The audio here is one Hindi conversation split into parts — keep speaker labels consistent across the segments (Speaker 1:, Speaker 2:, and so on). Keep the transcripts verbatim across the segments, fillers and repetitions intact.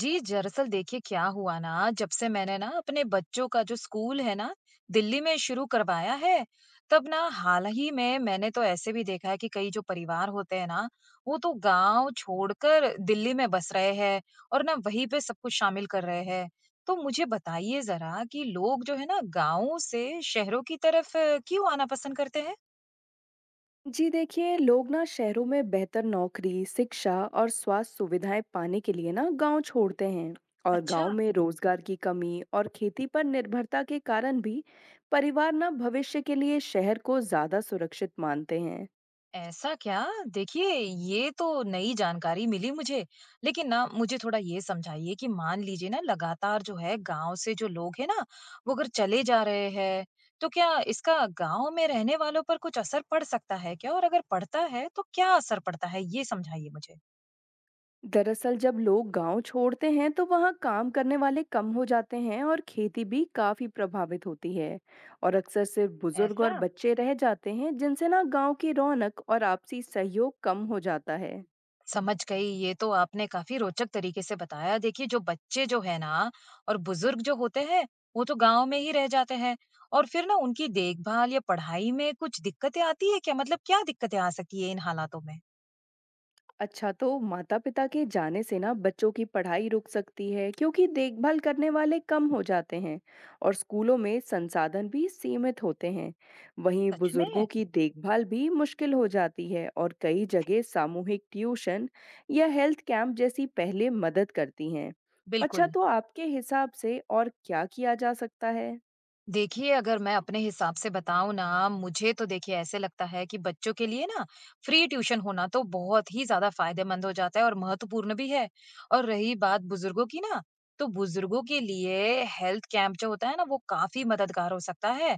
Speaker 1: जी, दरअसल देखिए क्या हुआ ना, जब से मैंने ना अपने बच्चों का जो स्कूल है ना, दिल्ली में शुरू करवाया है, तब ना हाल ही में मैंने तो ऐसे भी देखा है कि कई जो परिवार होते हैं ना, वो तो गाँव छोड़कर दिल्ली में बस रहे हैं और ना वहीं पे सब कुछ शामिल कर रहे हैं। तो मुझे बताइए ज़रा कि लोग जो है ना गाँव से शहरों की तरफ अ, क्यों आना पसंद करते हैं?
Speaker 2: जी देखिए लोग ना शहरों में बेहतर नौकरी, शिक्षा और स्वास्थ्य सुविधाएं पाने के लिए ना गांव छोड़ते हैं और
Speaker 1: अच्छा।
Speaker 2: गांव में रोजगार की कमी और खेती पर निर्भरता के कारण भी परिवार ना भविष्य के लिए शहर को ज्यादा सुरक्षित मानते हैं।
Speaker 1: ऐसा क्या? देखिए, ये तो नई जानकारी मिली मुझे। लेकिन ना मुझे थोड़ा ये समझाइए कि मान लीजिए ना लगातार जो है गाँव से जो लोग हैं ना, वो अगर चले जा रहे हैं, तो क्या इसका गाँव में रहने वालों पर कुछ असर पड़ सकता है क्या? और अगर पड़ता है, तो क्या असर पड़ता है? ये समझाइए मुझे।
Speaker 2: दरअसल जब लोग गांव छोड़ते हैं तो वहां काम करने वाले कम हो जाते हैं और खेती भी काफी प्रभावित होती है और अक्सर सिर्फ बुजुर्ग और
Speaker 1: ऐसा?
Speaker 2: बच्चे रह जाते हैं जिनसे ना गांव की रौनक और आपसी सहयोग कम हो जाता है।
Speaker 1: समझ गई। ये तो आपने काफी रोचक तरीके से बताया। देखिए जो बच्चे जो है ना और बुजुर्ग जो होते हैं, वो तो गांव में ही रह जाते हैं और फिर ना उनकी देखभाल या पढ़ाई में कुछ दिक्कतें आती है क्या? मतलब क्या दिक्कतें आ सकती है इन हालातों में?
Speaker 2: अच्छा, तो माता-पिता के जाने से ना बच्चों की पढ़ाई रुक सकती है क्योंकि देखभाल करने वाले कम हो जाते हैं और स्कूलों में संसाधन भी सीमित होते हैं। वहीं
Speaker 1: सच
Speaker 2: बुजुर्गों
Speaker 1: में।
Speaker 2: की देखभाल भी मुश्किल हो जाती है और कई जगह सामूहिक ट्यूशन या हेल्थ कैंप जैसी पहले मदद करती हैं। अच्छा,
Speaker 1: बिल्कुल।
Speaker 2: तो आपके हिसाब से और क्या किया जा सकता है?
Speaker 1: देखिए, अगर मैं अपने हिसाब से बताऊँ ना, मुझे तो देखिए ऐसे लगता है कि बच्चों के लिए ना फ्री ट्यूशन होना तो बहुत ही ज़्यादा फ़ायदेमंद हो जाता है और महत्वपूर्ण भी है। और रही बात बुज़ुर्गों की ना, तो बुज़ुर्गों के लिए हेल्थ कैंप जो होता है ना, वो काफ़ी मददगार हो सकता है।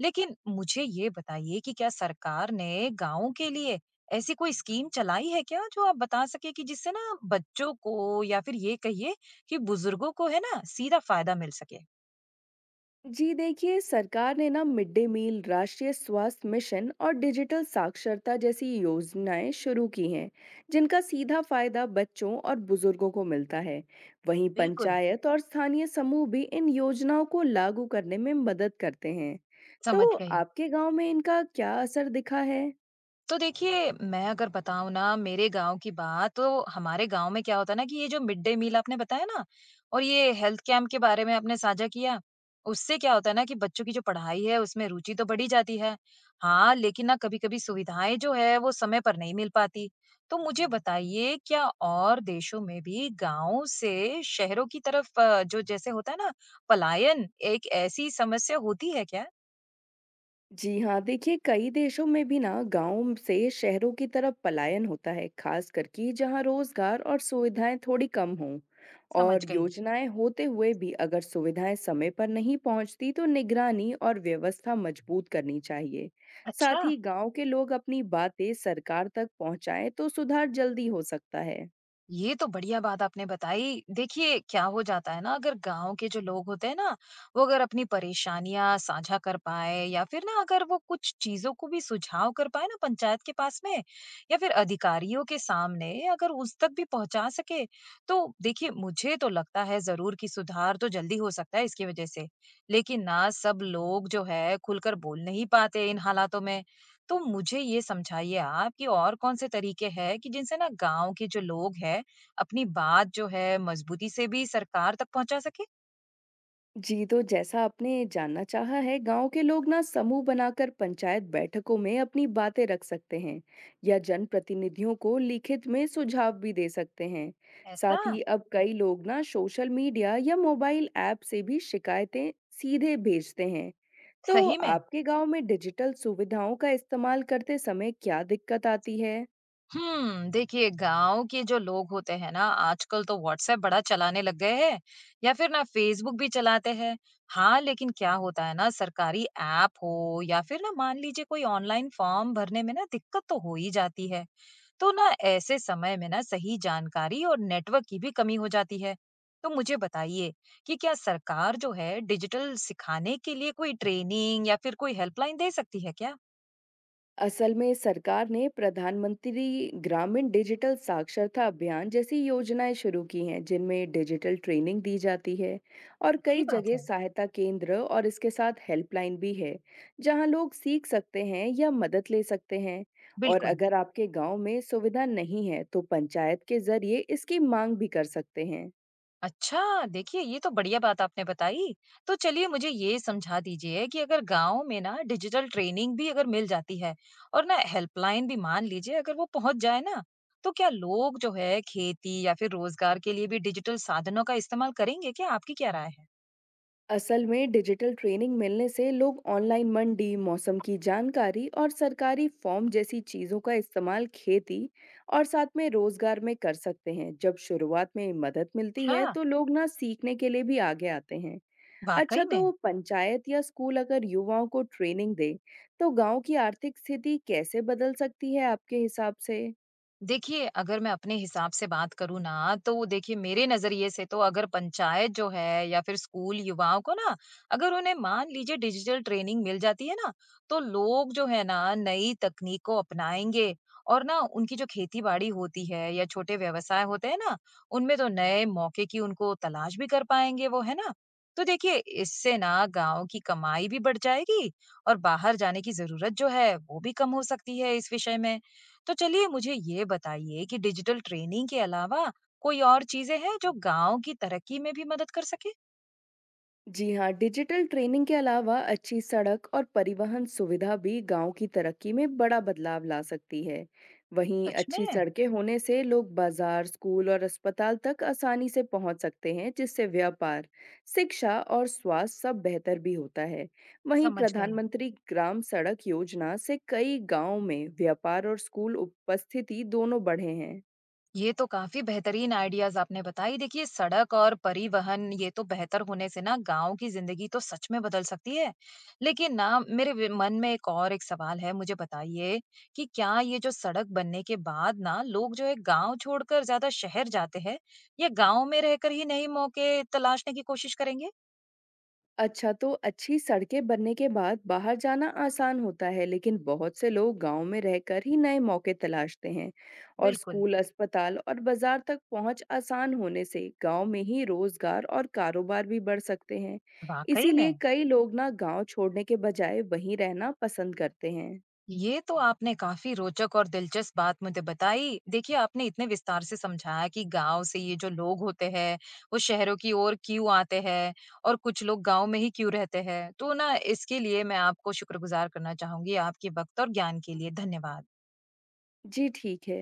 Speaker 1: लेकिन मुझे ये बताइए कि क्या सरकार ने गाँव के लिए ऐसी कोई स्कीम चलाई है क्या, जो आप बता सकें कि जिससे ना बच्चों को या फिर ये कहिए कि बुज़ुर्गों को है ना, सीधा फ़ायदा मिल सके?
Speaker 2: जी देखिए सरकार ने ना मिड डे मील राष्ट्रीय स्वास्थ्य मिशन और डिजिटल साक्षरता जैसी योजनाएं शुरू की हैं जिनका सीधा फायदा बच्चों और बुजुर्गों को मिलता है। वहीं
Speaker 1: बिल्कुल।
Speaker 2: पंचायत और स्थानीय समूह भी इन योजनाओं को लागू करने में मदद करते हैं। तो
Speaker 1: समझ गई।
Speaker 2: आपके गांव में इनका क्या असर दिखा है?
Speaker 1: तो देखिए, मैं अगर बताऊँ ना मेरे गाँव की बात, तो हमारे गाँव में क्या होता है ना कि ये जो मिड डे मील आपने बताया ना और ये हेल्थ कैंप के बारे में आपने साझा किया, उससे क्या होता है ना कि बच्चों की जो पढ़ाई है, उसमें रुचि तो बढ़ी जाती है। हाँ, लेकिन ना कभी-कभी सुविधाएँ जो है, वो समय पर नहीं मिल पाती। तो मुझे बताइए, क्या और देशों में भी गाँव से शहरों की तरफ अ, जो जैसे होता है ना, पलायन, एक ऐसी समस्या होती है क्या?
Speaker 2: जी हाँ, देखिए कई देशों में भी ना गाँव से शहरों की तरफ पलायन होता है, खास करके जहाँ रोजगार और सुविधाएं थोड़ी कम हों।
Speaker 1: समझ
Speaker 2: और
Speaker 1: गई।
Speaker 2: योजनाएं होते हुए भी अगर सुविधाएं समय पर नहीं पहुंचती तो निगरानी और व्यवस्था मजबूत करनी चाहिए।
Speaker 1: अच्छा।
Speaker 2: साथ ही गांव के लोग अपनी बातें सरकार तक पहुंचाएं तो सुधार जल्दी हो सकता है।
Speaker 1: ये तो बढ़िया बात आपने बताई। देखिए, क्या हो जाता है ना अगर गाँव के जो लोग होते हैं ना, वो अगर अपनी परेशानियाँ साझा कर पाएँ या फिर ना अगर वो कुछ चीज़ों को भी सुझाव कर पाएँ ना पंचायत के पास में या फिर अधिकारियों के सामने अगर उस तक भी पहुँचा सके, तो देखिए मुझे तो लगता है ज़रूर कि सुधार तो जल्दी हो सकता है इसकी वज़ह से। लेकिन ना सब लोग जो है खुलकर बोल नहीं पाते इन हालातों में। तो मुझे ये समझाइए आप कि और कौन-से तरीके हैं कि जिनसे ना गाँव के जो लोग हैं, अपनी बात जो है मज़बूती से भी सरकार तक पहुँचा सकें?
Speaker 2: जी तो जैसा आपने जानना चाहा है, गांव के लोग ना समूह बनाकर पंचायत बैठकों में अपनी बातें रख सकते हैं या जनप्रतिनिधियों को लिखित में सुझाव भी दे सकते हैं।
Speaker 1: ऐसा?
Speaker 2: साथ ही अब कई लोग ना सोशल मीडिया या मोबाइल ऐप से भी शिकायतें सीधे भेजते हैं। तो
Speaker 1: सही में?
Speaker 2: आपके गांव में डिजिटल सुविधाओं का इस्तेमाल करते समय क्या दिक्कत आती है?
Speaker 1: हुँ, देखिए गाँव के जो लोग होते हैं ना आजकल तो व्हाट्सऐप बड़ा चलाने लग गए हैं या फिर ना फ़ेसबुक भी चलाते हैं। हाँ, लेकिन क्या होता है ना सरकारी ऐप हो या फिर ना मान लीजिए कोई ऑनलाइन फ़ॉर्म भरने में ना दिक्कत तो हो ही जाती है। तो ना ऐसे समय में ना सही जानकारी और नेटवर्क की भी कमी हो जाती है। तो मुझे बताइए कि क्या सरकार जो है डिजिटल सिखाने के लिए कोई ट्रेनिंग या फिर कोई हेल्पलाइन दे सकती है क्या?
Speaker 2: असल में सरकार ने प्रधानमंत्री ग्रामीण डिजिटल साक्षरता अभियान जैसी योजनाएं शुरू की हैं, जिनमें डिजिटल ट्रेनिंग दी जाती है और
Speaker 1: अच्छी
Speaker 2: कई
Speaker 1: बात
Speaker 2: जगह
Speaker 1: है।
Speaker 2: सहायता केंद्र और इसके साथ हेल्पलाइन भी है जहां लोग सीख सकते हैं या मदद ले सकते हैं। और
Speaker 1: बिल्कुल।
Speaker 2: अगर आपके गांव में सुविधा नहीं है तो पंचायत के जरिए इसकी मांग भी कर सकते हैं।
Speaker 1: अच्छा, देखिए ये तो बढ़िया बात आपने बताई। तो चलिए मुझे ये समझा दीजिए कि अगर गाँव में ना डिजिटल ट्रेनिंग भी अगर मिल जाती है और ना हेल्पलाइन भी मान लीजिए अगर वो पहुँच जाए ना, तो क्या लोग जो है खेती या फिर रोज़गार के लिए भी डिजिटल साधनों का इस्तेमाल करेंगे क्या? आपकी क्या राय है?
Speaker 2: असल में डिजिटल ट्रेनिंग मिलने से लोग ऑनलाइन मंडी, मौसम की जानकारी और सरकारी फॉर्म जैसी चीजों का इस्तेमाल खेती और साथ में रोजगार में कर सकते हैं। जब शुरुआत में मदद मिलती
Speaker 1: अच्छा,
Speaker 2: है तो लोग ना सीखने के लिए भी आगे आते हैं। अच्छा,
Speaker 1: वाक़ई में?
Speaker 2: तो पंचायत या स्कूल अगर युवाओं को ट्रेनिंग दे तो गांव की आर्थिक स्थिति कैसे बदल सकती है आपके हिसाब से?
Speaker 1: देखिए, अगर मैं अपने हिसाब से बात करूँ ना, तो देखिए मेरे नज़रिए से तो अगर पंचायत जो है या फिर स्कूल युवाओं को ना, अगर उन्हें मान लीजिए डिजिटल ट्रेनिंग मिल जाती है ना, तो लोग जो है ना नई तकनीक को अपनाएँगे और ना उनकी जो खेती-बाड़ी होती है या छोटे व्यवसाय होते हैं ना, उनमें तो नए मौके की उनको तलाश भी कर पाएँगे वो, है ना? तो देखिए, इससे ना गाँव की कमाई भी बढ़ जाएगी और बाहर जाने की ज़रूरत जो है, वो भी कम हो सकती है इस विषय में। तो चलिए मुझे ये बताइए कि डिजिटल ट्रेनिंग के अलावा कोई और चीजें हैं जो गांव की तरक्की में भी मदद कर सके?
Speaker 2: जी हाँ, डिजिटल ट्रेनिंग के अलावा अच्छी सड़क और परिवहन सुविधा भी गांव की तरक्की में बड़ा बदलाव ला सकती है। वहीं
Speaker 1: सच में।
Speaker 2: अच्छी सड़कें होने से लोग बाजार, स्कूल और अस्पताल तक आसानी से पहुंच सकते हैं, जिससे व्यापार, शिक्षा और स्वास्थ्य सब बेहतर भी होता है। वहीं
Speaker 1: समझ गई।
Speaker 2: प्रधानमंत्री ग्राम सड़क योजना से कई गांव में व्यापार और स्कूल उपस्थिति दोनों बढ़े हैं।
Speaker 1: ये तो काफी बेहतरीन आइडियाज आपने बताई। देखिए सड़क और परिवहन ये तो बेहतर होने से ना गांव की जिंदगी तो सच में बदल सकती है। लेकिन ना मेरे वि- मन में एक और एक सवाल है। मुझे बताइए कि क्या ये जो सड़क बनने के बाद ना लोग जो है गांव छोड़कर ज्यादा शहर जाते हैं या गांव में रहकर ही नई मौके तलाशने की कोशिश करेंगे?
Speaker 2: अच्छा, तो अच्छी सड़कें बनने के बाद बाहर जाना आसान होता है, लेकिन बहुत से लोग गांव में रहकर ही नए मौके तलाशते हैं और
Speaker 1: बिल्कुल।
Speaker 2: स्कूल, अस्पताल और बाजार तक पहुंच आसान होने से गांव में ही रोजगार और कारोबार भी बढ़ सकते हैं।
Speaker 1: वाकई में।
Speaker 2: इसीलिए कई लोग ना गांव छोड़ने के बजाय वहीं रहना पसंद करते हैं।
Speaker 1: ये तो आपने काफी रोचक और दिलचस्प बात मुझे बताई। देखिए आपने इतने विस्तार से समझाया कि गांव से ये जो लोग होते हैं वो शहरों की ओर क्यों आते हैं और कुछ लोग गांव में ही क्यों रहते हैं, तो ना इसके लिए मैं आपको शुक्रगुजार करना चाहूंगी। आपके वक्त और ज्ञान के लिए धन्यवाद।
Speaker 2: जी, ठीक है।